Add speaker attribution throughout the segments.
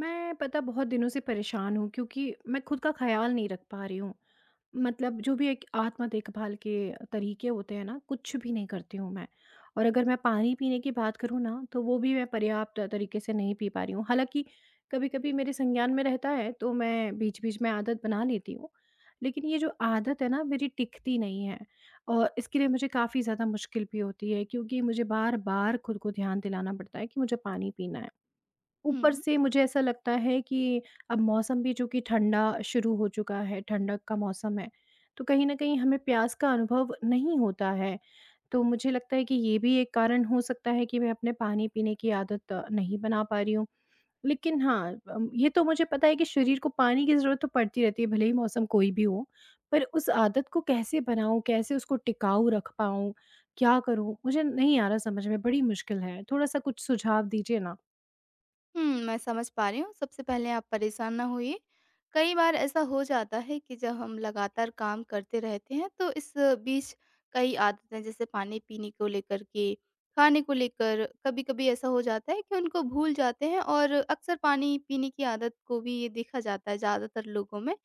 Speaker 1: मैं पता बहुत दिनों से परेशान हूँ क्योंकि मैं खुद का ख्याल नहीं रख पा रही हूँ। मतलब जो भी एक आत्म देखभाल के तरीके होते हैं ना, कुछ भी नहीं करती हूँ मैं। और अगर मैं पानी पीने की बात करूँ ना, तो वो भी मैं पर्याप्त तरीके से नहीं पी पा रही हूँ। हालाँकि कभी-कभी मेरे संज्ञान में रहता है, तो मैं बीच-बीच में आदत बना लेती हूँ। लेकिन ये जो आदत है ना, मेरी टिकती नहीं है और इसके लिए मुझे काफ़ी ज़्यादा मुश्किल भी होती है क्योंकि मुझे बार-बार खुद को ध्यान दिलाना पड़ता है कि मुझे पानी पीना है। ऊपर
Speaker 2: हुँ।
Speaker 1: से मुझे ऐसा लगता है कि अब मौसम भी चूँकि ठंडा शुरू हो चुका है, ठंडक का मौसम है, तो कहीं न कहीं हमें प्यास का अनुभव नहीं होता है। तो मुझे लगता है कि ये भी एक कारण हो सकता है कि मैं अपने पानी पीने की आदत नहीं बना पा रही हूँ। लेकिन हाँ, ये तो मुझे पता है कि शरीर को पानी की ज़रूरत तो पड़ती रहती है, भले ही मौसम कोई भी हो। पर उस आदत को कैसे बनाऊँ, कैसे उसको टिकाऊ रख पाऊँ, क्या करूँ? मुझे नहीं आ रहा समझ में, बड़ी मुश्किल है। थोड़ा-सा कुछ सुझाव दीजिए ना।
Speaker 2: मैं समझ पा रही हूँ। सबसे पहले आप परेशान ना होइए। कई बार ऐसा हो जाता है कि जब हम लगातार काम करते रहते हैं तो इस बीच कई आदतें, जैसे पानी पीने को लेकर के, खाने को लेकर, कभी-कभी ऐसा हो जाता है कि उनको भूल जाते हैं, और अक्सर पानी पीने की आदत को भी ये देखा जाता है ज़्यादातर लोगों में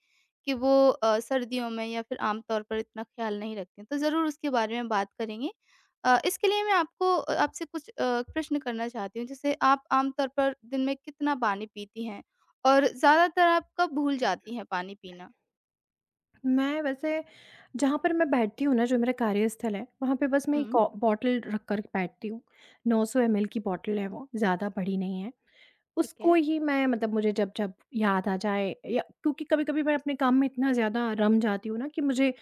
Speaker 2: कि वो सर्दियों में या फिर आम तौर पर इतना ख़्याल नहीं रखते हैं। तो ज़रूर उसके बारे में बात करेंगे। इसके लिए मैं आपको आपसे कुछ प्रश्न करना चाहती हूँ। जैसे, आप आमतौर पर दिन में कितना पानी पीती हैं? और ज़्यादातर आप कब भूल जाती हैं पानी पीना?
Speaker 1: मैं वैसे, जहाँ पर मैं बैठती हूँ ना, जो मेरा कार्यस्थल है, वहाँ पे बस मैं एक
Speaker 2: हुँ।
Speaker 1: औ बॉटल रख कर बैठती हूँ। 900 एमएल की बॉटल है वो, ज़्यादा बड़ी नहीं है।
Speaker 2: ठीक
Speaker 1: उसको
Speaker 2: है।
Speaker 1: ही मैं, मतलब मुझे जब जब याद आ जाए, या क्योंकि कभी-कभी मैं अपने काम में इतना ज़्यादा रम जाती हूँ ना कि मुझे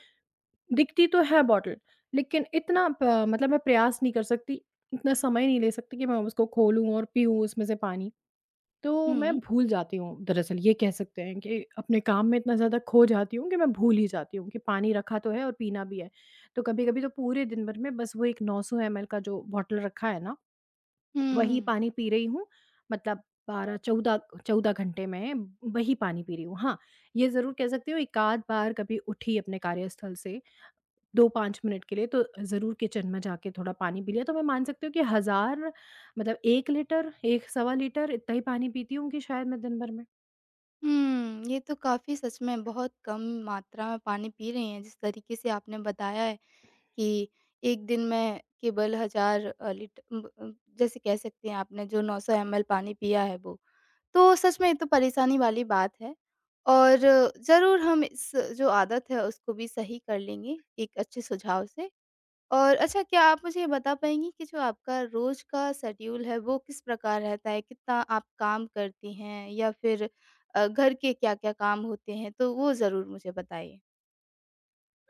Speaker 1: दिखती तो है बॉटल, लेकिन इतना प मतलब मैं प्रयास नहीं कर सकती, इतना समय नहीं ले सकती कि मैं उसको खोलूँ और पीऊँ उसमें से पानी। तो मैं
Speaker 2: हुँ।
Speaker 1: भूल जाती हूँ, दरअसल ये कह सकते हैं कि अपने काम में इतना ज़्यादा खो जाती हूँ कि मैं भूल ही जाती हूँ कि पानी रखा तो है और पीना भी है। तो कभी-कभी तो पूरे दिन भर में बस वो एक 900 एमएल का जो बॉटल रखा है ना, वही
Speaker 2: हुँ।
Speaker 1: पानी पी रही हूँ। मतलब 12-14, 14 घंटे में वही पानी पी रही हूँ। हाँ, ये ज़रूर कह सकती हूँ, एक आध बार कभी उठी अपने कार्यस्थल से 2-5 मिनट के लिए, तो ज़रूर किचन में जाके थोड़ा पानी पी लिया, तो मैं मान सकती हूँ कि हज़ार, मतलब 1 लीटर, 1 सवा लीटर इतना ही पानी पीती होंगी शायद मैं दिन भर में।
Speaker 2: ये तो काफ़ी, सच में बहुत कम मात्रा में पानी पी रही हैं, जिस तरीके से आपने बताया है कि एक दिन में केवल 1000, जैसे कह सकते हैं, आपने जो 900 एमएल पानी पिया है वो। तो सच में ये तो परेशानी वाली बात है, और ज़रूर हम इस जो आदत है उसको भी सही कर लेंगे एक अच्छे सुझाव से। और अच्छा, क्या आप मुझे ये बता पाएँगी कि जो आपका रोज़ का शेड्यूल है वो किस प्रकार रहता है? कितना आप काम करती हैं, या फिर घर के क्या-क्या काम होते हैं? तो वो ज़रूर मुझे बताइए।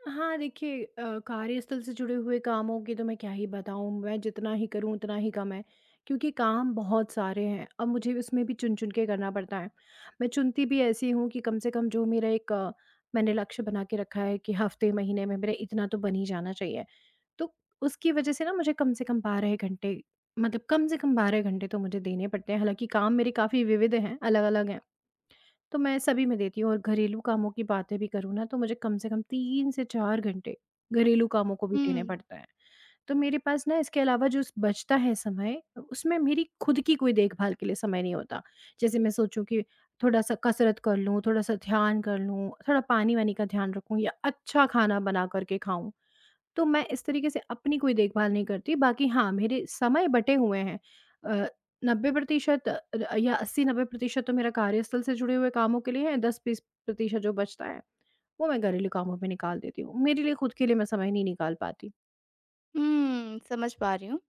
Speaker 1: हाँ, देखिए कार्यस्थल से जुड़े हुए कामों की तो मैं क्या ही बताऊँ, मैं जितना ही करूँ उतना ही कम है, क्योंकि काम बहुत सारे हैं। अब मुझे उसमें भी चुन-चुन के करना पड़ता है। मैं चुनती भी ऐसी हूँ कि कम से कम जो मेरा एक मैंने लक्ष्य बना के रखा है कि हफ़्ते, महीने में मेरा इतना तो बन ही जाना चाहिए। तो उसकी वज़ह से ना मुझे कम से कम 12 घंटे, मतलब कम से कम 12 घंटे तो मुझे देने पड़ते हैं। हालाँकि काम मेरे काफ़ी विविध हैं, अलग-अलग हैं। तो मैं सभी में देती हूँ और घरेलू कामों की बातें भी करूँ ना, तो मुझे कम से कम 3 से 4 घंटे घरेलू कामों को भी देने
Speaker 2: हुँ।
Speaker 1: पड़ते हैं। तो मेरे पास ना इसके अलावा जो स बचता है समय, उसमें मेरी खुद की कोई देखभाल के लिए समय नहीं होता। जैसे मैं सोचूँ कि थोड़ा-सा कसरत कर लूँ, थोड़ा-सा ध्यान कर लूँ, थोड़ा पानी-वानी का ध्यान रखूँ या अच्छा खाना बना कर के खाऊँ। तो मैं इस तरीके से अपनी कोई देखभाल नहीं करती। बाकी हाँ, मेरे समय बँटे हुए हैं। अ, 90% अ, र या 80-90% तो मेरा कार्यस्थल से जुड़े हुए कामों के लिए है, 10-20% जो बचता है, वो मैं घरेलू कामों में निकाल देती हूँ। मेरे लिए खुद के लिए मैं समय नहीं निकाल पाती।
Speaker 2: समझ पा रही हूँ।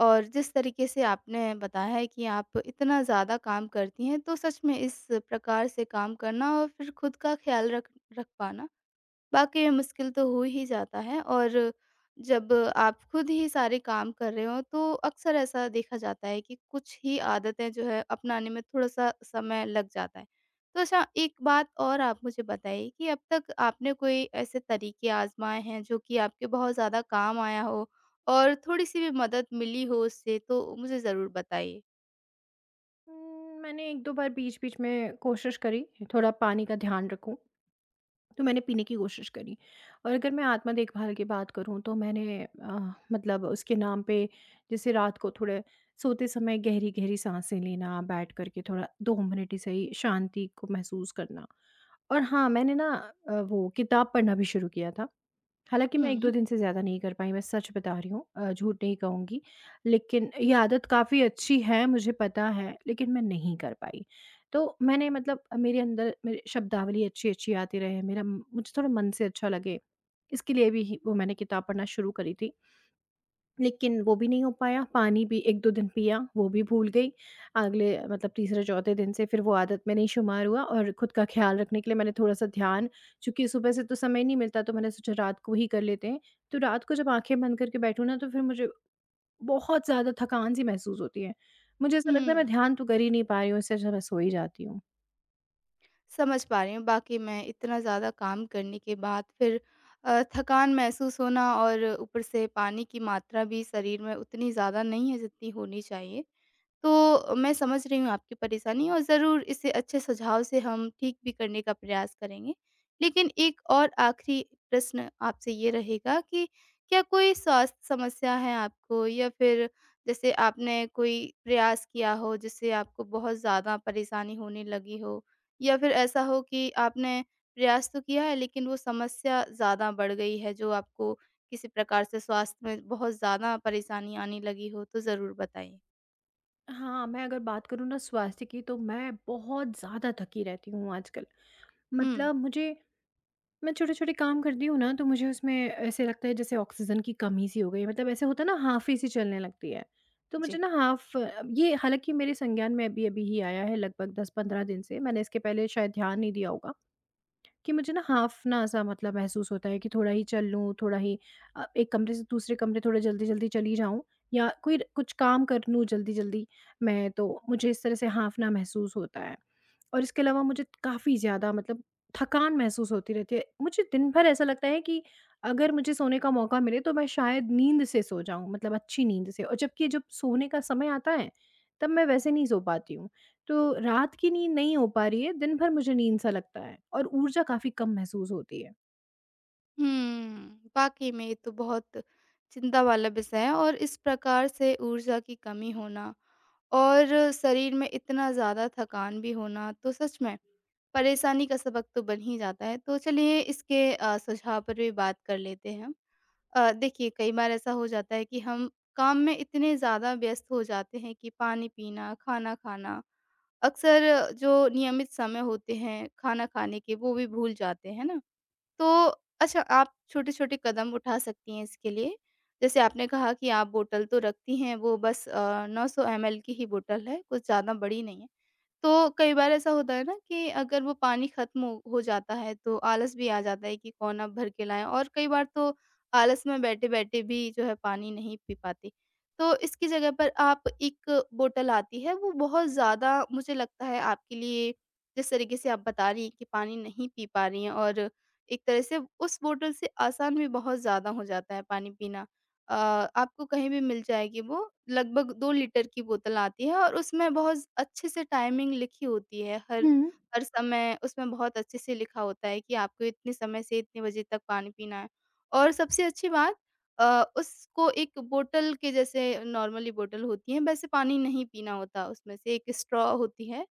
Speaker 2: और जिस तरीके से आपने बताया है कि आप इतना ज़्यादा काम करती हैं, तो सच में इस प्रकार से काम करना और फिर खुद का ख्याल रख रख पाना वाक़ई में मुश्किल तो हो ही जाता है। और जब आप खुद ही सारे काम कर रहे हो, तो अक्सर ऐसा देखा जाता है कि कुछ ही आदतें जो है अपनाने में थोड़ा-सा समय लग जाता है। तो अच्छा, एक बात और आप मुझे बताइए कि अब तक आपने कोई ऐसे तरीके आज़माए हैं जो कि आपके बहुत ज़्यादा काम आया हो, और थोड़ी-सी भी मदद मिली हो उससे, तो मुझे ज़रूर बताइए?
Speaker 1: मैंने 1-2 बार बीच-बीच में कोशिश करी, थोड़ा पानी का ध्यान रखूँ, तो मैंने पीने की कोशिश करी। और अगर मैं आत्म देखभाल की बात करूँ, तो मैंने मतलब उसके नाम पे, जैसे रात को थोड़े सोते समय गहरी गहरी सांसें लेना, बैठ करके थोड़ा 2 मिनट ही सही शांति को महसूस करना। और हाँ, मैंने ना वो किताब पढ़ना भी शुरू किया था, हालाँकि मैं 1-2
Speaker 2: हुँ,
Speaker 1: दिन से ज़्यादा नहीं कर पाई, मैं सच बता रही हूँ, झूठ नहीं कहूँगी। लेकिन ये आदत काफ़ी अच्छी है, मुझे पता है, लेकिन मैं नहीं कर पाई। तो मैंने, मतलब मेरे अंदर मेरे शब्दावली अच्छी-अच्छी आती रहे, मेरा मुझे थोड़ा मन से अच्छा लगे, इसके लिए भी ही वो मैंने किताब पढ़ना शुरू करी थी। लेकिन वो भी नहीं हो पाया, पानी भी 1-2 दिन पिया, वो भी भूल गई। अगले, मतलब तीसरे-चौथे दिन से फिर वो आदत में नहीं शुमार हुआ। और खुद का ख़्याल रखने के लिए मैंने थोड़ा-सा ध्यान, चूँकि सुबह से तो समय नहीं मिलता, तो मैंने सोचा रात को ही कर लेते हैं। तो रात को जब आँखें बंद करके बैठूँ ना, तो फिर मुझे बहुत ज़्यादा थकान-सी महसूस होती है। मुझे ऐसा लगता है मैं
Speaker 2: हुँ।
Speaker 1: ध्यान तो कर ही नहीं पा रही हूँ, इससे अच्छा मैं सो ही जाती हूँ।
Speaker 2: समझ पा रही हूँ। बाक़ी, मैं इतना ज़्यादा काम करने के बाद फिर थकान महसूस होना, और ऊपर से पानी की मात्रा भी शरीर में उतनी ज़्यादा नहीं है जितनी होनी चाहिए। तो मैं समझ रही हूँ आपकी परेशानी, और ज़रूर इसे अच्छे सुझाव से हम ठीक भी करने का प्रयास करेंगे। लेकिन एक और आखिरी प्रश्न आपसे ये रहेगा कि क्या कोई स्वास्थ्य समस्या है आपको, या फिर जैसे आपने कोई प्रयास किया हो जिससे आपको बहुत ज़्यादा परेशानी होने लगी हो? या फिर ऐसा हो कि आपने प्रयास तो किया है, लेकिन वो समस्या ज़्यादा बढ़ गई है, जो आपको किसी प्रकार से स्वास्थ्य में बहुत ज़्यादा परेशानी आने लगी हो? तो ज़रूर बताइए।
Speaker 1: हाँ, मैं अगर बात करूँ ना स्वास्थ्य की, तो मैं बहुत ज़्यादा थकी रहती हूँ आजकल।
Speaker 2: हुँ।
Speaker 1: मतलब मुझे, मैं छोटे-छोटे काम करती हूँ ना, तो मुझे उसमें ऐसे लगता है जैसे ऑक्सीजन की कमी सी हो गई है। मतलब ऐसे होता है ना, हाफ़ी-सी चलने लगती है। तो मुझे
Speaker 2: जी।
Speaker 1: ना, हाफ़ ये हालाँकि मेरे संज्ञान में अभी-अभी ही आया है, लगभग 10-15 दिन से। मैंने इसके पहले शायद ध्यान नहीं दिया होगा कि मुझे ना हांफना सा, मतलब महसूस होता है कि थोड़ा ही चल लूँ, थोड़ा ही एक कमरे से दूसरे कमरे थोड़ा जल्दी-जल्दी चली जाऊँ, या कोई कुछ काम कर लूँ जल्दी-जल्दी मैं, तो मुझे इस तरह से हांफना महसूस होता है। और इसके अलावा मुझे काफ़ी ज़्यादा, मतलब थकान महसूस होती रहती है। मुझे दिन भर ऐसा लगता है कि अगर मुझे सोने का मौका मिले तो मैं शायद नींद से सो जाऊँ, मतलब अच्छी नींद से। और जबकि जब सोने का समय आता है, तब मैं वैसे नहीं सो पाती हूँ। तो रात की नींद नहीं हो पा रही है, दिन भर मुझे नींद सा लगता है और ऊर्जा काफ़ी कम महसूस होती है।
Speaker 2: वाक़ई में ये तो बहुत चिंता वाला विषय है, और इस प्रकार से ऊर्जा की कमी होना और शरीर में इतना ज़्यादा थकान भी होना, तो सच में परेशानी का सबक तो बन ही जाता है। तो चलिए, इसके सुझाव पर भी बात कर लेते हैं। देखिए, कई बार ऐसा हो जाता है कि हम काम में इतने ज़्यादा व्यस्त हो जाते हैं कि पानी पीना, खाना खाना, अक्सर जो नियमित समय होते हैं खाना खाने के, वो भी भूल जाते हैं, है ना? तो अच्छा, आप छोटे-छोटे कदम उठा सकती हैं इसके लिए। जैसे, आपने कहा कि आप बोतल तो रखती हैं, वो बस 900 एमएल की ही बोतल है, कुछ ज़्यादा बड़ी नहीं है। तो कई बार ऐसा होता है ना कि अगर वो पानी खत्म हो जाता है तो आलस भी आ जाता है कि कौन अब भर के लाए, और कई बार तो आलस में बैठे-बैठे भी जो है पानी नहीं पी पाते। तो इसकी जगह पर आप एक बोतल आती है, वो बहुत ज़्यादा मुझे लगता है आपके लिए, जिस तरीके से आप बता रही हैं कि पानी नहीं पी पा रही हैं, और एक तरह से उस बोतल से आसान भी बहुत ज़्यादा हो जाता है पानी पीना। अ, आपको कहीं भी मिल जाएगी वो, लगभग 2 लीटर की बोतल आती है, और उसमें बहुत अच्छे से टाइमिंग लिखी होती है, हर
Speaker 1: हुँ।
Speaker 2: हर समय उसमें बहुत अच्छे से लिखा होता है कि आपको इतने समय से इतने बजे तक पानी पीना है। और सबसे अच्छी बात, उसको एक बोतल के जैसे, नॉर्मली बोतल होती है वैसे पानी नहीं पीना होता, उसमें से एक स्ट्रॉ होती है,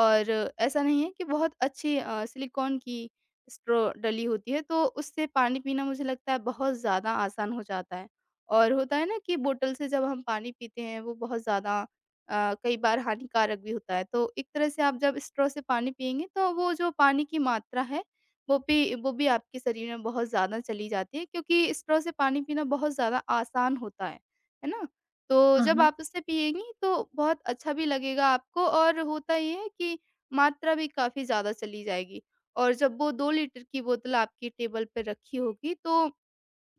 Speaker 2: और ऐसा नहीं है, कि बहुत अच्छी सिलिकॉन की स्ट्रॉ डली होती है, तो उससे पानी पीना मुझे लगता है बहुत ज़्यादा आसान हो जाता है। और होता है ना कि बोतल से जब हम पानी पीते हैं वो बहुत ज़्यादा कई बार हानिकारक भी होता है। तो एक तरह से आप जब स्ट्रॉ से पानी पिएँगे, तो वो जो पानी की मात्रा है वो भी आपके शरीर में बहुत ज़्यादा चली जाती है, क्योंकि स्ट्रॉ से पानी पीना बहुत ज़्यादा आसान होता है ना? तो
Speaker 1: हाँ,
Speaker 2: जब
Speaker 1: हाँ।
Speaker 2: आप उससे पिएँगी तो बहुत अच्छा भी लगेगा आपको, और होता ये है कि मात्रा भी काफ़ी ज़्यादा चली जाएगी। और जब वो 2 लीटर की बोतल आपकी टेबल पे रखी होगी, तो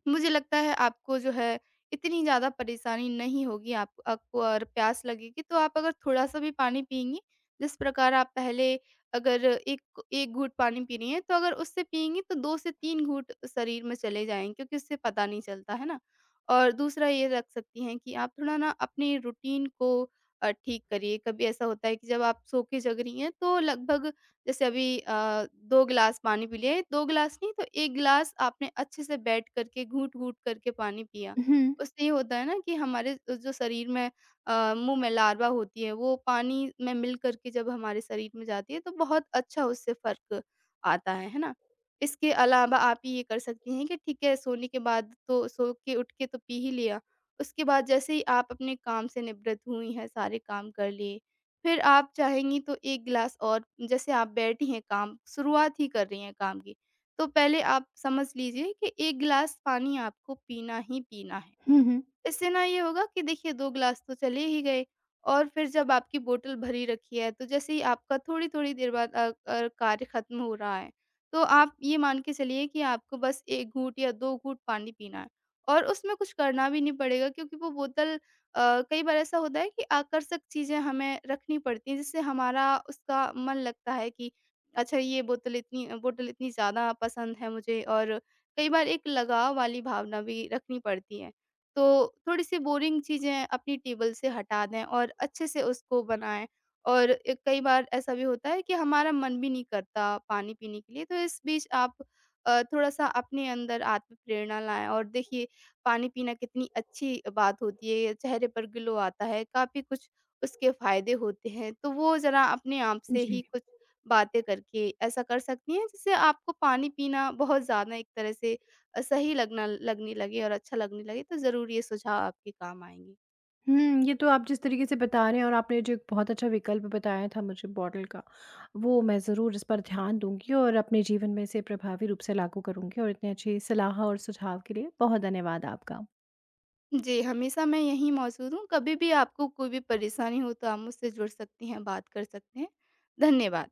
Speaker 2: मुझे लगता है आपको जो है इतनी ज़्यादा परेशानी नहीं होगी। आप आपको और प्यास लगेगी तो आप, अगर थोड़ा-सा भी पानी पिएँगी, जिस प्रकार आप पहले अगर 1 1 घूँट पानी पी रही हैं, तो अगर उससे पिएँगी तो 2 से 3 घूँट शरीर में चले जाएँगे, क्योंकि उससे पता नहीं चलता, है ना? और दूसरा ये रख सकती हैं कि आप थोड़ा ना अपने रूटीन को ठीक करिए। कभी ऐसा होता है कि जब आप सो के जग रही हैं, तो लगभग, जैसे अभी 2 गिलास पानी पी लिए, 2 गिलास नहीं तो 1 गिलास आपने अच्छे से बैठ करके घूँट-घूँट करके पानी पिया।
Speaker 1: हुँ,
Speaker 2: उससे ये होता है ना कि हमारे जो शरीर में, मुँह में लार्वा होती है वो पानी में मिल कर के जब हमारे शरीर में जाती है, तो बहुत अच्छा उससे फ़र्क आता है ना? इसके अलावा आप ये कर सकती हैं कि ठीक है, सोने के बाद तो सो के उठ के तो पी ही लिया, उसके बाद जैसे ही आप अपने काम से निवृत्त हुई हैं, सारे काम कर लिए, फिर आप चाहेंगी तो 1 गिलास, और जैसे आप बैठी हैं काम शुरुआत ही कर रही हैं काम की, तो पहले आप समझ लीजिए कि 1 गिलास पानी आपको पीना ही पीना है।
Speaker 1: हुँ, हुँ।
Speaker 2: इससे ना ये होगा कि देखिए 2 ग्लास तो चले ही गए, और फिर जब आपकी बोतल भरी रखी है, तो जैसे ही आपका थोड़ी-थोड़ी देर बाद कार्य खत्म हो रहा है, तो आप ये मान के चलिए कि आपको बस 1 घूँट या 2 घूँट पानी पीना है, और उसमें कुछ करना भी नहीं पड़ेगा, क्योंकि वो बोतल, कई बार ऐसा होता है कि आकर्षक चीज़ें हमें रखनी पड़ती हैं, जिससे हमारा उसका मन लगता है कि अच्छा ये बोतल इतनी ज़्यादा पसंद है मुझे, और कई बार एक लगाव वाली भावना भी रखनी पड़ती है। तो थोड़ी-सी बोरिंग चीज़ें अपनी टेबल से हटा दें और अच्छे से उसको बनाएँ। और ए कई बार ऐसा भी होता है कि हमारा मन भी नहीं करता पानी पीने के लिए, तो इस बीच आप थोड़ा-सा अपने अंदर आत्म-प्रेरणा लाएँ, और देखिए पानी पीना कितनी अच्छी बात होती है, ये चेहरे पर ग्लो आता है, काफ़ी कुछ उसके फ़ायदे होते हैं। तो वो ज़रा अपने आप से ही
Speaker 1: जी।
Speaker 2: कुछ बातें करके ऐसा कर सकती हैं, जिससे आपको पानी पीना बहुत ज़्यादा एक तरह से सही लगना लगने लगे और अच्छा लगने लगे, तो ज़रूर ये सुझाव आपके काम आएँगे।
Speaker 1: हुँ, ये तो आप जिस तरीके से बता रहे हैं, और आपने जो एक बहुत अच्छा विकल्प बताया था मुझे बॉटल का, वो मैं ज़रूर इस पर ध्यान दूँगी और अपने जीवन में इसे प्रभावी रूप से लागू करूँगी। और इतनी अच्छी सलाह और सुझाव के लिए बहुत धन्यवाद आपका।
Speaker 2: जी, हमेशा मैं यहीं मौजूद हूँ, कभी भी आपको कोई भी परेशानी हो तो आप मुझसे जुड़ सकती हैं, बात कर सकते हैं। धन्यवाद।